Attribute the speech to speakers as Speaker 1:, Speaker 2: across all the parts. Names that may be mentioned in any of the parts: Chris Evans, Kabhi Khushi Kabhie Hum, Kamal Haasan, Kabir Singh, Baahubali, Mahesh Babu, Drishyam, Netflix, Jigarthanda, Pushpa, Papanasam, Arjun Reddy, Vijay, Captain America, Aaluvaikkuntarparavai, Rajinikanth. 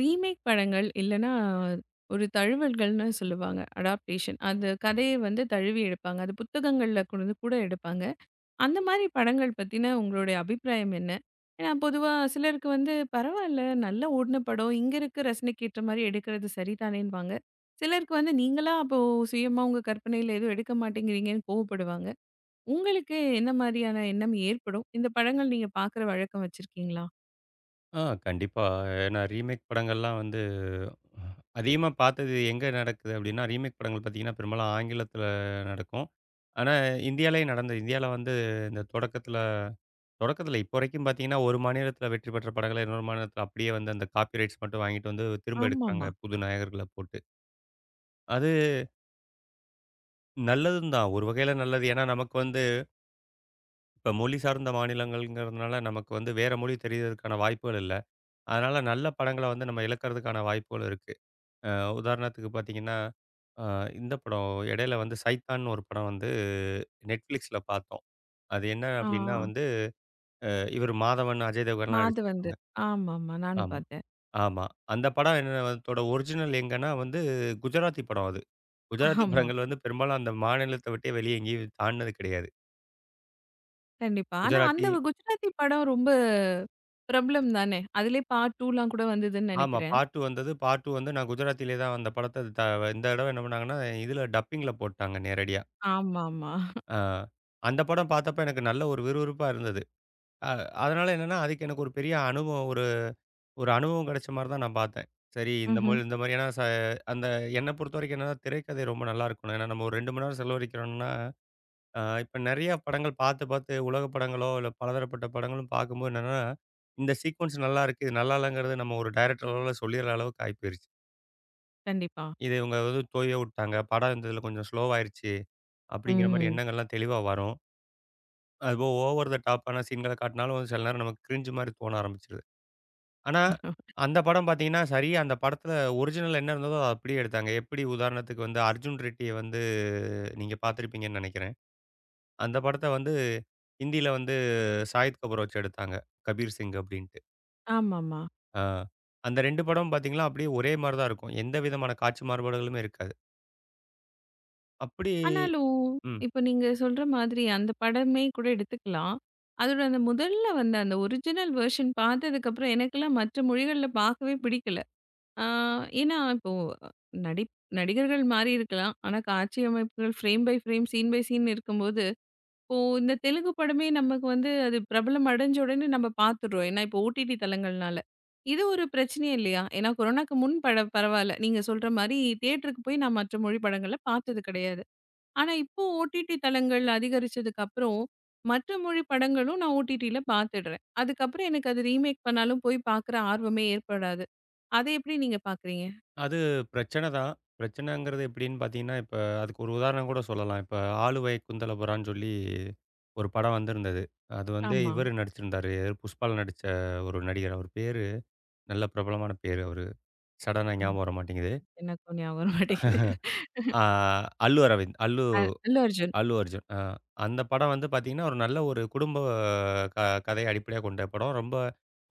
Speaker 1: Remake படங்கள் இல்லன்னா, ஒரு தழுவல்கள்னு சொல்லுவாங்க. அடாப்டேஷன். அந்த கதைய வந்து தழுவி எடுப்பாங்க. அது புத்தகங்கள்ல கொண்டு கூட எடுப்பாங்க. அந்த மாரி படங்கள் பத்தின உங்களுடைய அபிப்பிராயம் என்ன? ஏன்னா பொதுவா சிலருக்கு வந்து பரவால்ல நல்லா ஓடுன படம். இங்க இருக்க ரசனைக்கு ஏற்ற மாரி எடுக்கிறது சரிதானேன்னுவாங்க. சிலருக்கு வந்து நீங்களா அப்போ சுயமா உங்க கற்பனையில எதுவும் எடுக்க மாட்டேங்கிறீங்கன்னு கோவப்படுவாங்க. உங்களுக்கு என்ன மாரியான எண்ணம் ஏற்படும்? இந்த படங்கள் நீங்க பார்க்குற வழக்கம் வச்சிருக்கீங்களா?
Speaker 2: ஆ, கண்டிப்பா. ஏன்னா ரீமேக் படங்கள்லாம் வந்து அதிகமா பார்த்தது எங்க நடக்குது அப்டின்னா, ரீமேக் படங்கள் பார்த்தீங்கன்னா, பெரும்பாலும் ஆங்கிலத்தில நடக்கும். ஆனா இந்தியாலயும் நடந்தது. இந்தியால வந்து இந்த தொடக்கத்தில தொடக்கத்தில இப்போ வரைக்கும் பார்த்தீங்கன்னா, ஒரு மாநிலத்தில வெற்றி பெற்ற படங்கள இன்னொரு மாநிலத்தில அப்படியே வந்து அந்த காப்பி ரைட்ஸ் மட்டும் வாங்கிட்டு வந்து திரும்ப எடுக்குறாங்க,
Speaker 1: ஆமாமா.
Speaker 2: புது நாயகர்கள போட்டு. அது நல்லதும் தான். ஒரு வகையில நல்லது. ஏன்னா நமக்கு வந்து இப்ப மொழி சார்ந்த மாநிலங்கள்ங்கிறதுனால நமக்கு வந்து வேற மொழி தெரியறதுக்கான வாய்ப்புகள் இல்ல. அதனால நல்ல படங்கள வந்து நம்ம இழக்கிறதுக்கான வாய்ப்புகள் இருக்கு. அ உதாரணத்துக்கு பார்த்தீங்கன்னா, அ இந்த படம் இடையில வந்து சைத்தான்னு ஒரு படம் வந்து Netflixல பார்த்தோம். அது என்ன
Speaker 1: ஆ.
Speaker 2: அப்டின்னா வந்து, அ இவரு மாதவன், அஜய் தேவ்கன்லாம்
Speaker 1: மாது வந்து.
Speaker 2: நடிச்சிருப்பாங்க.
Speaker 1: ஆமாமா. நானும்
Speaker 2: ஆமா,
Speaker 1: பார்த்தேன்.
Speaker 2: ஆமா. அந்த படம் என்ன அதோட ஒரிஜினல் எங்கன்னா வந்து குஜராத்தி படம் அது. குஜராத்தி
Speaker 1: ஆமா.
Speaker 2: படங்கள் வந்து பெரும்பாலும் அந்த மாநிலத்த விட்டே வெளிய எங்கேயும் தாண்டுனது கிடையாது.
Speaker 1: கண்டிப்பா. ஆனா அந்த
Speaker 2: குஜராத்தி
Speaker 1: குஜராத்தி படம் ரொம்ப பிரபலம் தானே! அதிலயே பார்ட் 2லாம் கூட வந்ததுன்னு
Speaker 2: ஆமா.
Speaker 1: நெனைக்கிறேன்.
Speaker 2: பார்ட் 2 வந்தது. பார்ட் 2 வந்து நான் குஜராத்திலே தான் அந்த படத்த. இந்த தடவ என்ன பண்ணாங்கன்னா, இதுல டப்பிங்ல போட்டாங்க நேரடியா.
Speaker 1: ஆமாமா.
Speaker 2: அ அந்த படம் பார்த்தப்ப எனக்கு நல்ல ஒரு விறுவிறுப்பா இருந்தது. அ அதனால என்னன்னா, அதுக்கு எனக்கு ஒரு பெரிய அனுபவம் ஒரு ஒரு அனுபவம் கிடைச்ச மாரி தான் நான் பார்த்தேன். சரி, இந்த
Speaker 1: ம்ஹ்ம்.
Speaker 2: மொழி இந்த மாரியான ச அந்த என்ன பொறுத்தவரைக்கும் என்னன்னா, திரைக்கதை ரொம்ப நல்லா இருக்கணும். ஏன்னா நம்ம ஒரு 2 மணி நேரம் செலவழிக்கிறோம்னா, இப்ப நெறைய படங்கள் பார்த்து, பார்த்து உலக படங்களோ, இல்ல பலதரப்பட்ட படங்களும் பார்க்கும்போது என்னன்னா, இந்த சீக்வென்ஸ் நல்லா இருக்கு. இது நல்லா இல்லங்கிறது நம்ம ஒரு டைரக்டர் அளவுல சொல்லிற அளவுக்கு ஆயி போயிருச்சு.
Speaker 1: கண்டிப்பா.
Speaker 2: இது இவங்க வந்து தொய்ய விட்டாங்க. படம் இந்த இதில கொஞ்சம் ஸ்லோவாயிருச்சு. அப்படிங்கிற மாரி
Speaker 1: ம்.
Speaker 2: எண்ணங்கள்லாம் தெளிவா வரும். அதுபோக ஓவர் த டாப்பான சீன்கள காட்டினாலும் சில நேரம் நமக்கு கிரின்ஜ் மாரி தோண ஆரம்பிச்சுருது. ஆனா, அந்த படம் பார்த்தீங்கன்னா, சரியா அந்த படத்துல ஒரிஜினல் என்ன இருந்ததோ அத அப்படியே எடுத்தாங்க. எப்படி உதாரணத்துக்கு வந்து அர்ஜுன் ரெட்டிய வந்து நீங்க பார்த்துருப்பீங்கன்னு நெனைக்கிறேன். அந்த படத்த வந்து ஹிந்தியில வந்து சாகித் கபூர் வச்சு எடுத்தாங்க. கபீர் சிங் அப்படின்ட்டு.
Speaker 1: ஆமாமா.
Speaker 2: ஆ. அந்த 2 படமும் பார்த்தீங்கன்னா, அப்படியே ஒரே மாரி தான் இருக்கும். எந்த விதமான காட்சி மாறுபாடுகளுமே இருக்காது. அப்படி
Speaker 1: ஆனாலும்,
Speaker 2: ம்.
Speaker 1: இப்ப நீங்க சொல்ற மாதிரி அந்த படமே கூட எடுத்துக்கலாம். அதோட அந்த முதல்ல வந்த அந்த ஒரிஜினல் வெர்ஷன் பார்த்ததுக்கப்புறம் எனக்கெல்லாம் மற்ற மொழிகள்ல பார்க்கவே பிடிக்கல. ஆ, ஏன்னா இப்போ நடி நடிகர்கள் மாறி இருக்கலாம். ஆனா, காட்சி அமைப்புகள் frame by frame, scene by scene இருக்கும்போது, இப்போ இந்த தெலுங்கு படமே நமக்கு வந்து அது பிரபலம் அடைஞ்ச உடனே நம்ம பார்த்துடுறோம். ஏன்னா, இப்போ ஓடிடி தளங்கள்னால. இது ஒரு பிரச்சனை இல்லையா? ஏன்னா கொரோனாக்கு முன் பட பரவால்ல. நீங்க சொல்ற மாரி தியேட்டருக்கு போய் நான் மற்ற மொழி படங்கள பார்த்தது கிடையாது. ஆனா, இப்போ ஓடிடி தளங்கள் அதிகரிச்சதுக்கு அப்புறம், மற்ற மொழி படங்களும் நான் ஓடிடில பார்த்துடுறேன். அதுக்கப்புறம் எனக்கு அது ரீமேக் பண்ணாலும் போய் பார்க்குற ஆர்வமே ஏற்படாது. அத எப்படி நீங்க பார்க்குறீங்க?
Speaker 2: அது பிரச்சனை தான். பிரச்சனைங்கிறது எப்படின்னு பார்த்தீங்கன்னா, இப்ப அதுக்கு ஒரு உதாரணம் கூட சொல்லலாம். இப்ப "ஆளுவை குந்தலபுரான்னு" சொல்லி ஒரு படம் வந்திருந்தது. அது வந்து
Speaker 1: ஆமா.
Speaker 2: இவரு நடிச்சிருந்தாரு. புஷ்பால நடிச்ச ஒரு நடிகர். அவர் பேரு நல்ல பிரபலமான பேரு அவரு. சடனா
Speaker 1: ஆமா.
Speaker 2: ஞாபகம் வர மாட்டேங்குது.
Speaker 1: எனக்கும் ஞாபகம் வர மாட்டேங்குது.
Speaker 2: ஆ அல்லு அரவிந்த். அல்லு
Speaker 1: அ அல்லு அர்ஜுன்.
Speaker 2: அல்லு அர்ஜுன். அந்த படம் வந்து பார்த்தீங்கன்னா, ஒரு நல்ல ஒரு குடும்ப க கதைய அடிப்படையா கொண்ட படம். ரொம்ப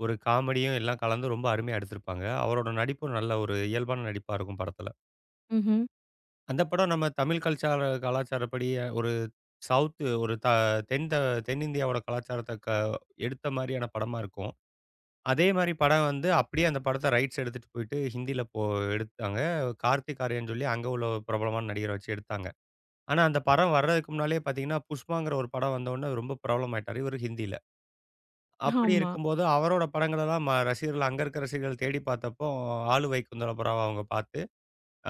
Speaker 2: ஒரு காமெடியும் எல்லாம் கலந்து ரொம்ப அருமையா எடுத்திருப்பாங்க. அவரோட நடிப்பும் நல்ல ஒரு இயல்பான நடிப்பா இருக்கும் படத்துல.
Speaker 1: ம்ஹ்ம்.
Speaker 2: அந்த படம் நம்ம தமிழ் கலாச்சாரப்படி ஒரு சவுத் ஒரு த தென் த தென்னிந்தியாவோட கலாச்சாரத்த எடுத்த மாரியான படமா இருக்கும். அதே மாரி படம் வந்து அப்படியே அந்த படத்த ரைட்ஸ் எடுத்துட்டு போயிட்டு ஹிந்தில எடுத்தாங்க. கார்த்திக் ஆர்யன் சொல்லி அங்க உள்ள ஒரு பிரபலமான நடிகர வச்சு எடுத்தாங்க. ஆனா அந்த படம் வர்றதுக்கு முன்னாலயே பார்த்தீங்கன்னா, புஷ்பாங்கிற ஒரு படம் வந்தவுடனே ரொம்ப பிரபலம் ஆயிட்டாரு இவரு ஹிந்தில. அப்படி
Speaker 1: ஆமா.
Speaker 2: இருக்கும்போது அவரோட படங்களெல்லாம் ரசிகர்கள் அங்க இருக்கிற ரசிகர்கள் தேடி பார்த்தப்போ, "ஆளு வைகுந்தர புறாவ" அவங்க பார்த்து,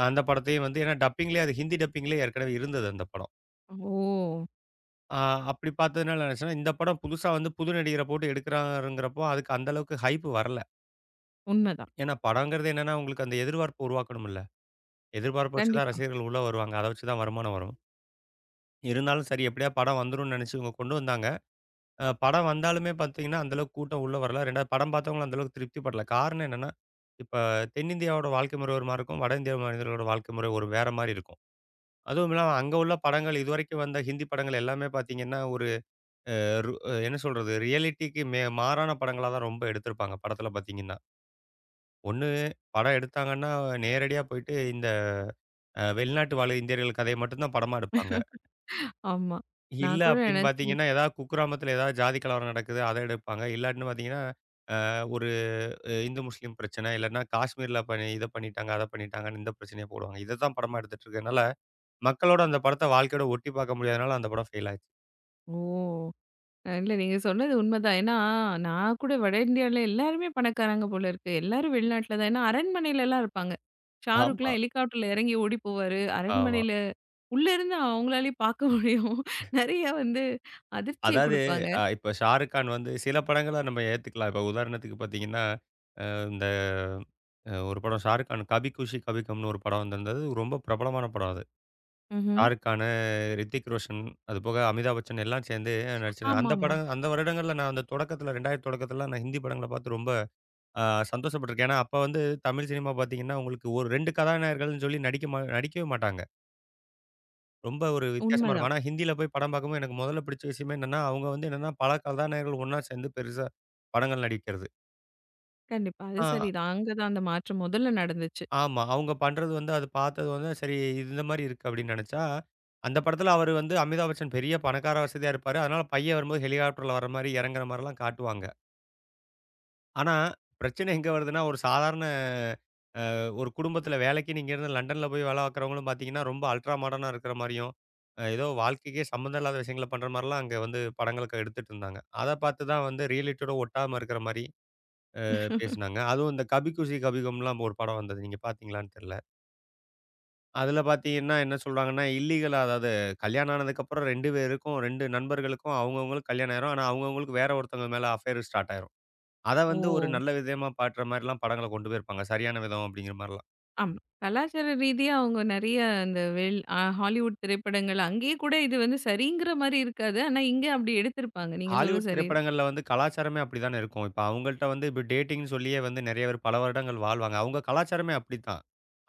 Speaker 2: அந்த படத்தையும் வந்து ஏன்னா டப்பிங்லேயே அது ஹிந்தி டப்பிங்லேயே ஏற்கனவே இருந்தது அந்த படம்.
Speaker 1: ஓ!
Speaker 2: ஆ அப்படி பார்த்ததுனால என்னாச்சுன்னா, இந்த படம் புதுசா வந்து புது நடிகர போட்டு எடுக்கிறாருங்கிறப்போ, அதுக்கு அந்த அளவுக்கு ஹைப் வரல.
Speaker 1: உண்மதான்.
Speaker 2: ஏன்னா படங்கிறது என்னன்னா, உங்களுக்கு அந்த எதிர்பார்ப்பு உருவாக்கணும்ல. எதிர்பார்ப்ப வச்சு தான்
Speaker 1: கண்டிப்பா.
Speaker 2: ரசிகர்கள் உள்ள வருவாங்க. அத வச்சு தான் வருமானம் வரும். இருந்தாலும் சரி எப்படியா படம் வந்துரும்னு நெனச்சு இவங்க கொண்டு வந்தாங்க. படம் வந்தாலுமே பார்த்தீங்கன்னா, அந்த அளவுக்கு கூட்டம் உள்ள வரல. 2வது படம் பார்த்தவங்களும் அந்த அளவுக்கு திருப்தி படல. காரணம் என்னன்னா, இப்ப தென்னிந்தியாவோட வாழ்க்கை முறை ஒரு மாரி இருக்கும். வட இந்திய மனிதர்களோட வாழ்க்கை முறை ஒரு வேற மாரி இருக்கும். அதுவும் இல்லாம அங்க உள்ள படங்கள் இதுவரைக்கும் வந்த ஹிந்தி படங்கள் எல்லாமே பார்த்தீங்கன்னா ரு என்ன சொல்றது? ரியாலிட்டிக்கு மே மாறான படங்களா தான் ரொம்ப எடுத்திருப்பாங்க. படத்துல பார்த்தீங்கன்னா, ஒண்ணு படம் எடுத்தாங்கன்னா, நேரடியா போயிட்டு இந்த வெளிநாட்டு வாழ் இந்தியர்கள் கதைய மட்டும் தான் படமா எடுப்பாங்க.
Speaker 1: ஆமா.
Speaker 2: இல்ல
Speaker 1: நான் கூட
Speaker 2: அப்டின்னு
Speaker 1: நினைச்சேன்.
Speaker 2: பார்த்தீங்கன்னா, ஏதாவது குக்கிராமத்துல ஏதாவது ஜாதி கலவரம் நடக்குது, அத எடுப்பாங்க. இல்லாட்டின்னு பார்த்தீங்கன்னா, அ ஒரு இந்து, முஸ்லீம் பிரச்சனை, இல்லன்னா காஷ்மீர்ல இத பண்ணிட்டாங்க, அத பண்ணிட்டாங்கன்னு இந்த பிரச்சனைய போடுவாங்க. இத தான் படமா எடுத்துட்டு இருக்கனால, மக்களோட அந்த படத்த வாழ்க்கையோட ஒட்டி பார்க்க முடியாதனால அந்த படம் ஃபெயில் ஆச்சு.
Speaker 1: ஓ! இல்ல நீங்க சொன்னது உண்மதான். ஏன்னா, நான் கூட வட இந்தியால எல்லாருமே பணக்காரங்க போல இருக்கு. எல்லாரும் வெளிநாட்ல தான். ஏன்னா அரண்மனையிலலாம் இருப்பாங்க.
Speaker 2: ஆமா,
Speaker 1: ஷாருக்லாம் ஹெலிகாப்டர்ல இறங்கி ஓடி போவாரு.
Speaker 2: ஆமா.
Speaker 1: அரண்மனையில உள்ள இருந்து அவங்களாலயும் பார்க்க முடியும். நெறைய வந்து அதிர்ச்சிய
Speaker 2: அதாவது
Speaker 1: குடுப்பாங்க.
Speaker 2: இப்ப ஷாருக் கான் வந்து சில படங்கள நம்ம ஏத்துக்கலாம். இப்ப உதாரணத்துக்கு பார்த்தீங்கன்னா, இந்த ஒரு படம் ஷாருக் கான் "கபி குஷி கபி கம்னு" ஒரு படம் வந்திருந்தது. ரொம்ப பிரபலமான படம் அது.
Speaker 1: ம்ஹ்ம்.
Speaker 2: ஷாருக் கானு, ரித்திக் ரோஷன், அதுபோக அமிதாப் பச்சன் எல்லாம் சேர்ந்து நடிச்சிருந்தாங்க. அந்த
Speaker 1: ஆமாமா.
Speaker 2: படம் அந்த வருடங்கள்ல நான் அந்த தொடக்கத்தில 2000 தொடக்கத்திலலாம் நான் ஹிந்தி படங்கள பார்த்து ரொம்ப அ சந்தோஷப்பட்டுருக்கேன். ஏன்னா, அப்ப வந்து தமிழ் சினிமா பார்த்தீங்கன்னா, உங்களுக்கு ஒரு 2 கதாநாயகர்கள்னு சொல்லி நடிக்கவே மாட்டாங்க. ரொம்ப ஒரு வித்தியாசமா இருக்கும்.
Speaker 1: உண்மதான்.
Speaker 2: ஆனா ஹிந்தியில போய் படம் பார்க்கும்போது எனக்கு முதல்ல பிடிச்ச விஷயமே என்னன்னா, அவங்க வந்து என்னன்னா பல கதாநாயகர்கள் ஒண்ணா சேர்ந்து பெருசா படங்கள் நடிக்கிறது.
Speaker 1: கண்டிப்பா. அது
Speaker 2: ஆ
Speaker 1: சரிதான். அங்க தான் அந்த மாற்றம் முதல்ல நடந்துச்சு.
Speaker 2: ஆமா. அவங்க பண்றது வந்து அது பார்த்தது வந்து சரி இது இந்த மாரி இருக்கு அப்படின்னு நினைச்சா, அந்த படத்துல அவரு வந்து அமிதாப் பச்சன் பெரிய பணக்கார வசதியா இருப்பாரு. அதனால பையன் வரும்போது ஹெலிகாப்டர்ல வர மாரி இறங்குற மாரிலாம் காட்டுவாங்க. ஆனா பிரச்சனை எங்க வருதுன்னா, ஒரு சாதாரண ஒரு குடும்பத்துல வேலைக்குன்னு இங்கேருந்து லண்டன்ல போய் வேலை பார்க்குறவங்களும் பார்த்தீங்கன்னா, ரொம்ப அல்ட்ரா மாடர்னா இருக்கிற மாரியும், ஏதோ வாழ்க்கைக்கே சம்மந்தம் இல்லாத விஷயங்கள பண்ற மாரிலாம் அங்க வந்து படங்களுக்கு எடுத்துட்டு இருந்தாங்க. அத பார்த்து தான் வந்து ரியாலிட்டியோட ஒட்டாம இருக்கிற மாரி பேசுனாங்க. அதுவும் இந்த கபி குஷி கபி கும்லாம் ஒரு படம் வந்தது. நீங்க பார்த்தீங்களான்னு தெரியல. அதுல பார்த்தீங்கன்னா என்ன சொல்றாங்கன்னா, இல்லீகலா அதாவது கல்யாணம் ஆனதுக்கப்புறம் 2 பேருக்கும் 2 நண்பர்களுக்கும் அவங்கவங்களுக்கு கல்யாணம் ஆயிரும். ஆனா அவங்கவங்களுக்கு வேற ஒருத்தவங்க மேல அஃபேர் ஸ்டார்ட் ஆயிரும். அத வந்து ஒரு
Speaker 1: ஓ!
Speaker 2: நல்ல விதமா பாட்டுற மாரிலாம் படங்கள கொண்டு போயிருப்பாங்க. சரியான விதம் அப்படிங்கிற மாரிலாம்.
Speaker 1: ஆமா. கலாச்சார ரீதியா அவங்க நெறைய அந்த வெள் அ ஹாலிவுட் திரைப்படங்கள் அங்கேயே கூட இது வந்து சரிங்கிற மாரி இருக்காது. ஆனா, இங்க அப்படி எடுத்திருப்பாங்க. நீங்க சொல்றது
Speaker 2: ஹாலிவுட்
Speaker 1: சரி.
Speaker 2: திரைப்படங்கள்ல வந்து கலாச்சாரமே அப்படித்தானே இருக்கும். இப்ப அவங்கள்ட்ட வந்து இப்ப டேட்டிங்ன்னு சொல்லியே வந்து நெறைய பேர் பல வருடங்கள் வாழ்வாங்க. அவங்க கலாச்சாரமே அப்படித்தான்.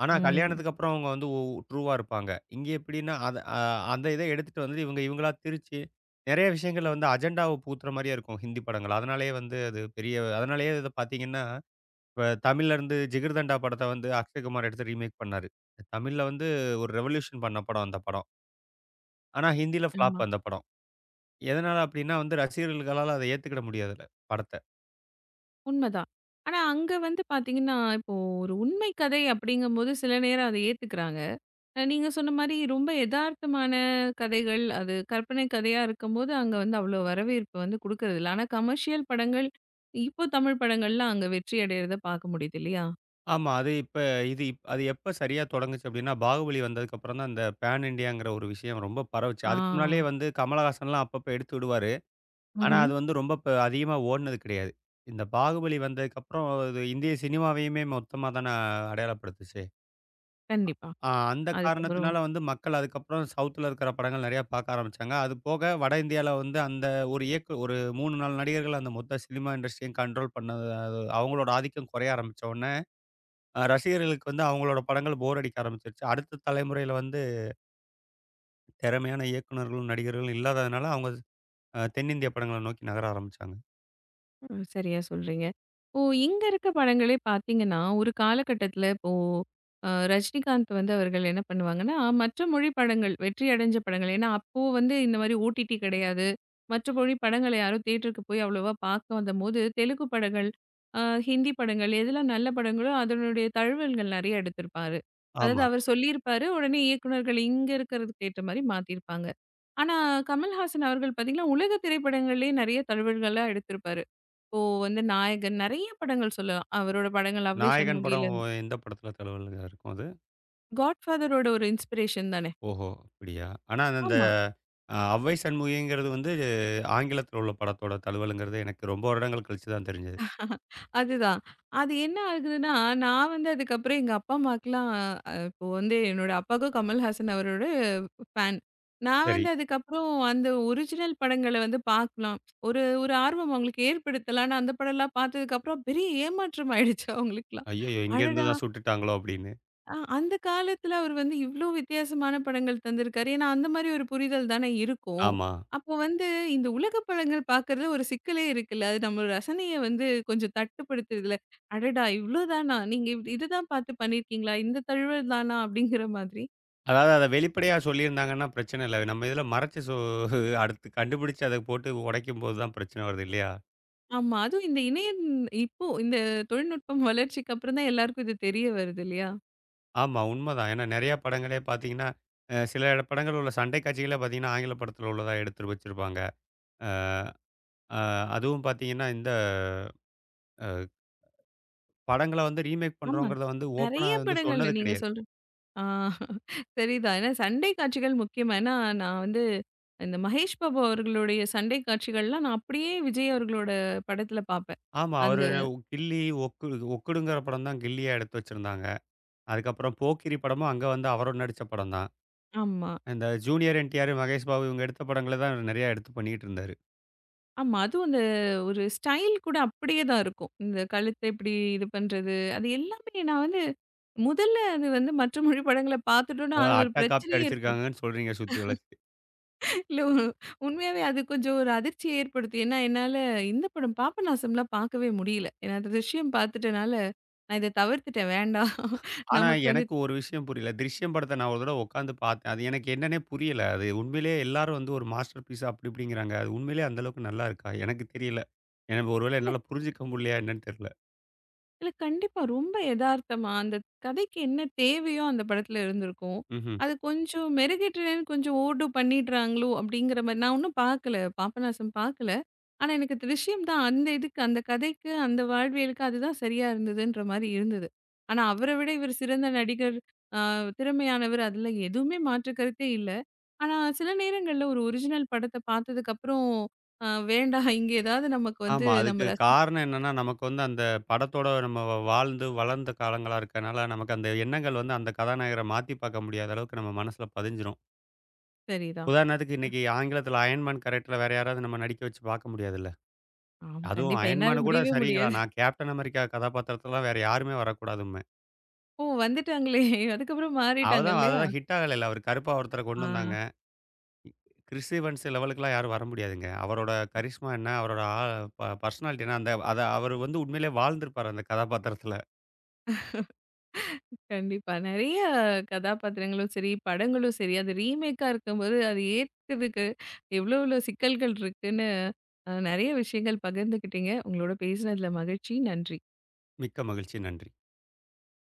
Speaker 2: ஆனா
Speaker 1: ம்.
Speaker 2: கல்யாணத்துக்கு அப்புறம் அவங்க வந்து ட்ரூவா இருப்பாங்க. இங்க எப்படின்னா அத அந்த இத எடுத்துட்டு வந்து இவங்களா திரிச்சு, நெறைய விஷயங்கள்ல வந்து அஜெண்டாவ புகுத்துற மாரியே இருக்கும் ஹிந்தி படங்கள். அதனாலேயே வந்து அது பெரிய அதனாலேயே இத பார்த்தீங்கன்னா, இப்ப தமிழ்லருந்து ஜிகர்தண்டா படத்த வந்து அக்ஷய் குமார் எடுத்து ரீமேக் பண்ணாரு. தமிழ்ல வந்து ஒரு ரெவல்யூஷன் பண்ண படம் அந்த படம். ஆனா ஹிந்தில
Speaker 1: ஆமா.
Speaker 2: ஃப்ளாப் அந்த படம். எதனால அப்டின்னா வந்து ரசிகர்களால அத ஏத்துக்கிட முடியாதுல, படத்த.
Speaker 1: உண்மதான். ஆனா, அங்க வந்து பார்த்தீங்கன்னா, இப்போ ஒரு உண்மை கதை அப்படிங்கும்போது சில நேரம் அத ஏத்துக்கிறாங்க. நீங்க சொன்ன மாரி ரொம்ப எதார்த்தமான கதைகள், அது கற்பனை கதையா இருக்கும்போது, அங்க வந்து அவ்ளோ வரவேற்பு வந்து குடுக்கறதில்ல. ஆனா கமர்ஷியல் படங்கள், இப்போ தமிழ் படங்கள்லாம் அங்க வெற்றி அடையறத பாக்க முடியுது இல்லையா?
Speaker 2: ஆமா. அது இப்ப இது இப் அது எப்ப சரியா தொடங்குச்சு அப்டின்னா, பாகுபலி வந்ததுக்கு அப்புறம் தான் இந்த பேன் இண்டியாங்கிற ஒரு விஷயம் ரொம்ப பரவுச்சு.
Speaker 1: ஆ.
Speaker 2: அதுக்கு முன்னாலேயே வந்து கமலஹாசன்லாம் அப்பப்ப எடுத்து விடுவாரு. ஆனா
Speaker 1: ம்ஹ்ம்.
Speaker 2: அது வந்து ரொம்ப அதிகமா ஓடுனது கிடையாது. இந்த பாகுபலி வந்ததுக்கப்புறம், அது இந்திய சினிமாவையுமே மொத்தமா தான அடையாளப்படுத்துச்சு.
Speaker 1: கண்டிப்பா.
Speaker 2: அந்த
Speaker 1: அதுக்கப்புறம்
Speaker 2: காரணத்தினால வந்து மக்கள் அதுக்கப்புறம் சவுத்துல இருக்கிற படங்கள் நெறையா பார்க்க ஆரம்பிச்சாங்க. அது போக வட இந்தியால வந்து அந்த ஒரு 3, 4 நடிகர்கள் அந்த மொத்த சினிமா இண்டஸ்ட்ரியையும் கண்ட்ரோல் பண்ணது அது அவங்களோட ஆதிக்கம் குறைய ஆரம்பிச்ச உடனே, ரசிகர்களுக்கு வந்து அவங்களோட படங்கள் போர் அடிக்க ஆரம்பிச்சுருச்சு. அடுத்த தலைமுறையில வந்து திறமையான இயக்குனர்களும், நடிகர்களும் இல்லாததுனால அவங்க தென்னிந்திய படங்கள நோக்கி நகர ஆரம்பிச்சாங்க.
Speaker 1: ம். சரியா சொல்றீங்க. இப்போ இங்க இருக்க படங்களே பார்த்தீங்கன்னா, ஒரு காலகட்டத்தில இப்போ ரஜினிகாந்த் வந்து அவர்கள் என்ன பண்ணுவாங்கன்னா, மற்ற மொழி படங்கள் வெற்றி அடைஞ்ச படங்கள் ஏன்னா, அப்போ வந்து இந்த மாரி ஓடிடி கிடையாது. மற்ற மொழி படங்கள யாரும் தியேட்டருக்கு போய் அவ்வளவா பார்க்க வந்தபோது, தெலுங்கு படங்கள், அ ஹிந்தி படங்கள் எதெல்லாம் நல்ல படங்களோ, அதனுடைய தழுவல்கள் நெறைய எடுத்திருப்பாரு. அதாவது
Speaker 2: ஆமா.
Speaker 1: அவர் சொல்லியிருப்பாரு. உடனே இயக்குனர்கள் இங்க இருக்கிறதுக்கு ஏற்ற மாரி மாத்தியிருப்பாங்க. ஆனா, கமல்ஹாசன் அவர்கள் பார்த்தீங்கன்னா, உலக திரைப்படங்கள்லயே நெறைய தழுவல்கள்லாம் எடுத்திருப்பாரு. இப்போ வந்து நாயகன் நெறைய படங்கள் சொல்லலாம். அவரோட படங்கள் அவ்வை
Speaker 2: நாயகன் படம்
Speaker 1: சண்முகிலருந்து
Speaker 2: ஓ- எந்த படத்துல தழுவல்ல இருக்கும் அது?
Speaker 1: காட்ஃபாதரோட ஒரு இன்ஸ்பிரேஷன் தானே!
Speaker 2: ஓஹோ! அப்படியா? ஆனா அந்த
Speaker 1: ஆமா.
Speaker 2: அவ்வை சண்முகிங்கிறது வந்து ஆங்கிலத்தில உள்ள படத்தோட தழுவல்ங்கிறது எனக்கு ரொம்ப வருடங்கள் கழிச்சு தான் தெரிஞ்சது.
Speaker 1: அதுதான். அது என்ன ஆகுதுன்னா, நான் வந்து அதுக்கப்புறம் எங்க அப்பா அம்மாக்கெல்லாம் இப்போ வந்து என்னோட அப்பாவுக்கும் கமல்ஹாசன் அவரோட ஃபேன். நான்
Speaker 2: சரி.
Speaker 1: வந்து அதுக்கப்புறம் அந்த ஒரிஜினல் படங்கள வந்து பார்க்கலாம். ஒரு ஒரு ஆர்வம் அவங்களுக்கு ஏற்படுத்தலான்னு அந்த படம்லாம் பார்த்ததுக்கப்புறம் பெரிய ஏமாற்றம் ஆயிடுச்சு அவங்களுக்கெல்லாம்.
Speaker 2: ஐய்யயோ! இங்கேருந்து
Speaker 1: அடடா!
Speaker 2: தான் சுட்டுட்டாங்களோ அப்படின்னு.
Speaker 1: ஆ, அந்த காலத்துல அவர் வந்து இவ்ளோ வித்தியாசமான படங்கள் தந்திருக்காரு. ஏன்னா, அந்த மாரி ஒரு புரிதல் தானே இருக்கும்.
Speaker 2: ஆமா.
Speaker 1: அப்போ வந்து இந்த உலக படங்கள் பார்க்கறதுல ஒரு சிக்கலே இருக்குல்ல. அது நம்ம ரசனைய வந்து கொஞ்சம் தட்டுப்படுத்துதுல. அடடா! இவ்ளோ தானா? நீங்க இவ் இதுதான் பார்த்து பண்ணியிருக்கீங்களா? இந்த தழுவல் தானா? அப்படிங்கிற மாதிரி.
Speaker 2: அதாவது அத வெளிப்படையா சொல்லியிருந்தாங்கன்னா பிரச்சனை இல்ல. நம்ம இதுல மறைச்சு அடுத்து கண்டுபிடிச்சு அத போட்டு உடைக்கும்போது தான் பிரச்சனை வருது இல்லையா?
Speaker 1: ஆமா. அதுவும் இந்த இணையம் இப்போ இந்த தொழில்நுட்பம் வளர்ச்சிக்கு அப்புறம் தான் எல்லாருக்கும் இது தெரிய வருது இல்லையா?
Speaker 2: ஆமா உண்மதான். ஏன்னா நெறைய படங்களே பார்த்தீங்கன்னா, சில படங்கள் உள்ள சண்டை காட்சிகளே பார்த்தீங்கன்னா, ஆங்கில படத்தில உள்ளதா எடுத்து வச்சிருப்பாங்க. அ அதுவும் பார்த்தீங்கன்னா, இந்த படங்கள வந்து ரீமேக்
Speaker 1: ஆமா.
Speaker 2: பண்றோங்கிறத வந்து ஓப்பனா
Speaker 1: நெறைய
Speaker 2: வந்து
Speaker 1: படங்கள்ல
Speaker 2: சொன்னது
Speaker 1: நீங்க
Speaker 2: கிடையாது.
Speaker 1: சொல்ற ஆ சரிதான். ஏன்னா சண்டை காட்சிகள் முக்கியம். ஏன்னா நான் வந்து இந்த மகேஷ் பாபு அவர்களுடைய சண்டை காட்சிகள்லாம் நான் அப்படியே விஜய் அவர்களோட படத்துல பார்ப்பேன்.
Speaker 2: ஆமா.
Speaker 1: அந்த
Speaker 2: அவரு கில்லி, ஒக்குடுங்கிற படம் தான் கில்லியா எடுத்து வச்சிருந்தாங்க. அதுக்கப்புறம் போக்கிரி படமும் அங்க வந்து அவரும் நடிச்ச படம் தான்.
Speaker 1: ஆமா.
Speaker 2: இந்த ஜூனியர் என்டிஆர், மகேஷ் பாபு இவங்க எடுத்த படங்கள தான் நெறையா எடுத்து பண்ணிக்கிட்டு இருந்தாரு.
Speaker 1: ஆமா. அதுவும் அந்த ஒரு ஸ்டைல் கூட அப்படியே தான் இருக்கும். இந்த கழுத்த இப்படி இது பண்றது, அது எல்லாமே நான் வந்து முதல்ல அது வந்து மற்ற மொழி படங்கள பார்த்துட்டோம்னா
Speaker 2: அதாவது
Speaker 1: அது ஒரு
Speaker 2: அட்டா காப்பி
Speaker 1: பிரச்சனையே ஏற்படும்.
Speaker 2: அடிச்சிருக்காங்கன்னு சொல்றீங்க சுத்தி வளச்சு.
Speaker 1: இல்ல உ- உண்மையாவே அது கொஞ்சம் ஒரு அதிர்ச்சிய ஏற்படுத்தும். ஏன்னா, என்னால இந்த படம் பாபநாசம்லாம் பார்க்கவே முடியல. ஏன்னா, அந்த 'திரிஷ்யம்' பார்த்துட்டனால, நான் இத தவிர்த்துட்டேன். வேண்டாம்
Speaker 2: ஆனா
Speaker 1: நமக்கு வந்து
Speaker 2: எனக்கு ஒரு விஷயம் புரியல. "திருஷ்யம்" படத்த நான் ஒரு தடவ உட்காந்து பார்த்தேன். அது எனக்கு என்னன்னே புரியல. அது உண்மையிலேயே எல்லாரும் வந்து ஒரு மாஸ்டர் பீஸ் அப்படி இப்படிங்கிறாங்க. அது உண்மையிலேயே அந்த அளவுக்கு நல்லா இருக்கா? எனக்கு தெரியல. எனக்கு ஒருவேளை
Speaker 1: இல்ல
Speaker 2: என்னால புரிஞ்சுக்க முடியலையா என்னன்னு தெரியல.
Speaker 1: இல்ல கண்டிப்பா. ரொம்ப எதார்த்தமா, அந்த கதைக்கு என்ன தேவையோ அந்த படத்துல இருந்திருக்கும்.
Speaker 2: ம்ஹ்ம்.
Speaker 1: அது கொஞ்சம் மெருகேற்றுறேன்னு கொஞ்சம் ஓவர்டூ பண்ணிடுறாங்களோ! அப்டிங்கிற மாரி நான் ஒன்னும் பார்க்கல. பாபநாசம் பார்க்கல. ஆனா, எனக்கு திருஷ்யம் தான் அந்த இதுக்கு, அந்த கதைக்கு, அந்த வாழ்வியலுக்கு அதுதான் சரியா இருந்ததுன்ற மாரி இருந்தது. ஆனா, அவர விட இவரு சிறந்த நடிகர், ஆ திறமையானவர் அதுல எதுவுமே மாற்று கருத்தே இல்ல. ஆனா, சில நேரங்கள்ல ஒரு ஒரிஜினல் படத்த பார்த்ததுக்கப்புறம், வேண்டாம் இங்க ஏதாவது நமக்கு வந்து
Speaker 2: ஆமா.
Speaker 1: நம்ம
Speaker 2: அதுக்கு
Speaker 1: ரசி
Speaker 2: காரணம் என்னன்னா, நமக்கு வந்து அந்த படத்தோட நம்ம வாழ்ந்து வளர்ந்த காலங்களா இருக்கனால, நமக்கு அந்த எண்ணங்கள் வந்து அந்த கதாநாயகர மாத்தி பார்க்க முடியாத அளவுக்கு நம்ம மனசுல பதிஞ்சிரும்.
Speaker 1: சரிதான்.
Speaker 2: உதாரணத்துக்கு இன்னைக்கு ஆங்கிலத்தில அயன் மேன் கேரக்டர்ல வேற யாராவது நம்ம நடிக்க வச்சு பார்க்க முடியாதுல்ல.
Speaker 1: ஆம்.
Speaker 2: அதுவும்
Speaker 1: கண்டிப்பா.
Speaker 2: அயன்
Speaker 1: என்னால
Speaker 2: மேன் கூட
Speaker 1: முடியவே
Speaker 2: சரிங்களா,
Speaker 1: முடியாது.
Speaker 2: நான் கேப்டன் அமெரிக்கா கதாபாத்திரத்திலலாம் வேற யாருமே வரக்கூடாதும்பேன்.
Speaker 1: ஓ! வந்துட்டாங்களே! அதுக்கப்புறம் மாறிட்டாங்க
Speaker 2: அவதான்
Speaker 1: இல்லையா?
Speaker 2: அதுதான் ஹிட் ஆகலைல்ல. அவர் கருப்பா ஒருத்தர
Speaker 1: ஆ
Speaker 2: கொண்டு வந்தாங்க. கிறிஸ் ஈவன்ஸ் லெவலுக்குலாம் யாரும் வர முடியாதுங்க. அவரோட கரிஷ்மா என்ன, அவரோட ஆ ப பர்சனாலிட்டி என்ன, அந்த அத அவர் வந்து உண்மையிலேயே வாழ்ந்திருப்பாரு அந்த கதாபாத்திரத்தில.
Speaker 1: கண்டிப்பா. நெறைய கதாபாத்திரங்களும் சரி, படங்களும் சரி, அது ரீமேக்கா இருக்கும்போது அது ஏற்கறதுக்கு எவ்வளோ எவ்வளோ சிக்கல்கள் இருக்குன்னு, நெறைய விஷயங்கள் பகிர்ந்துக்கிட்டீங்க. உங்களோட பேசினதுல மகிழ்ச்சி. நன்றி.
Speaker 2: மிக்க மகிழ்ச்சி. நன்றி.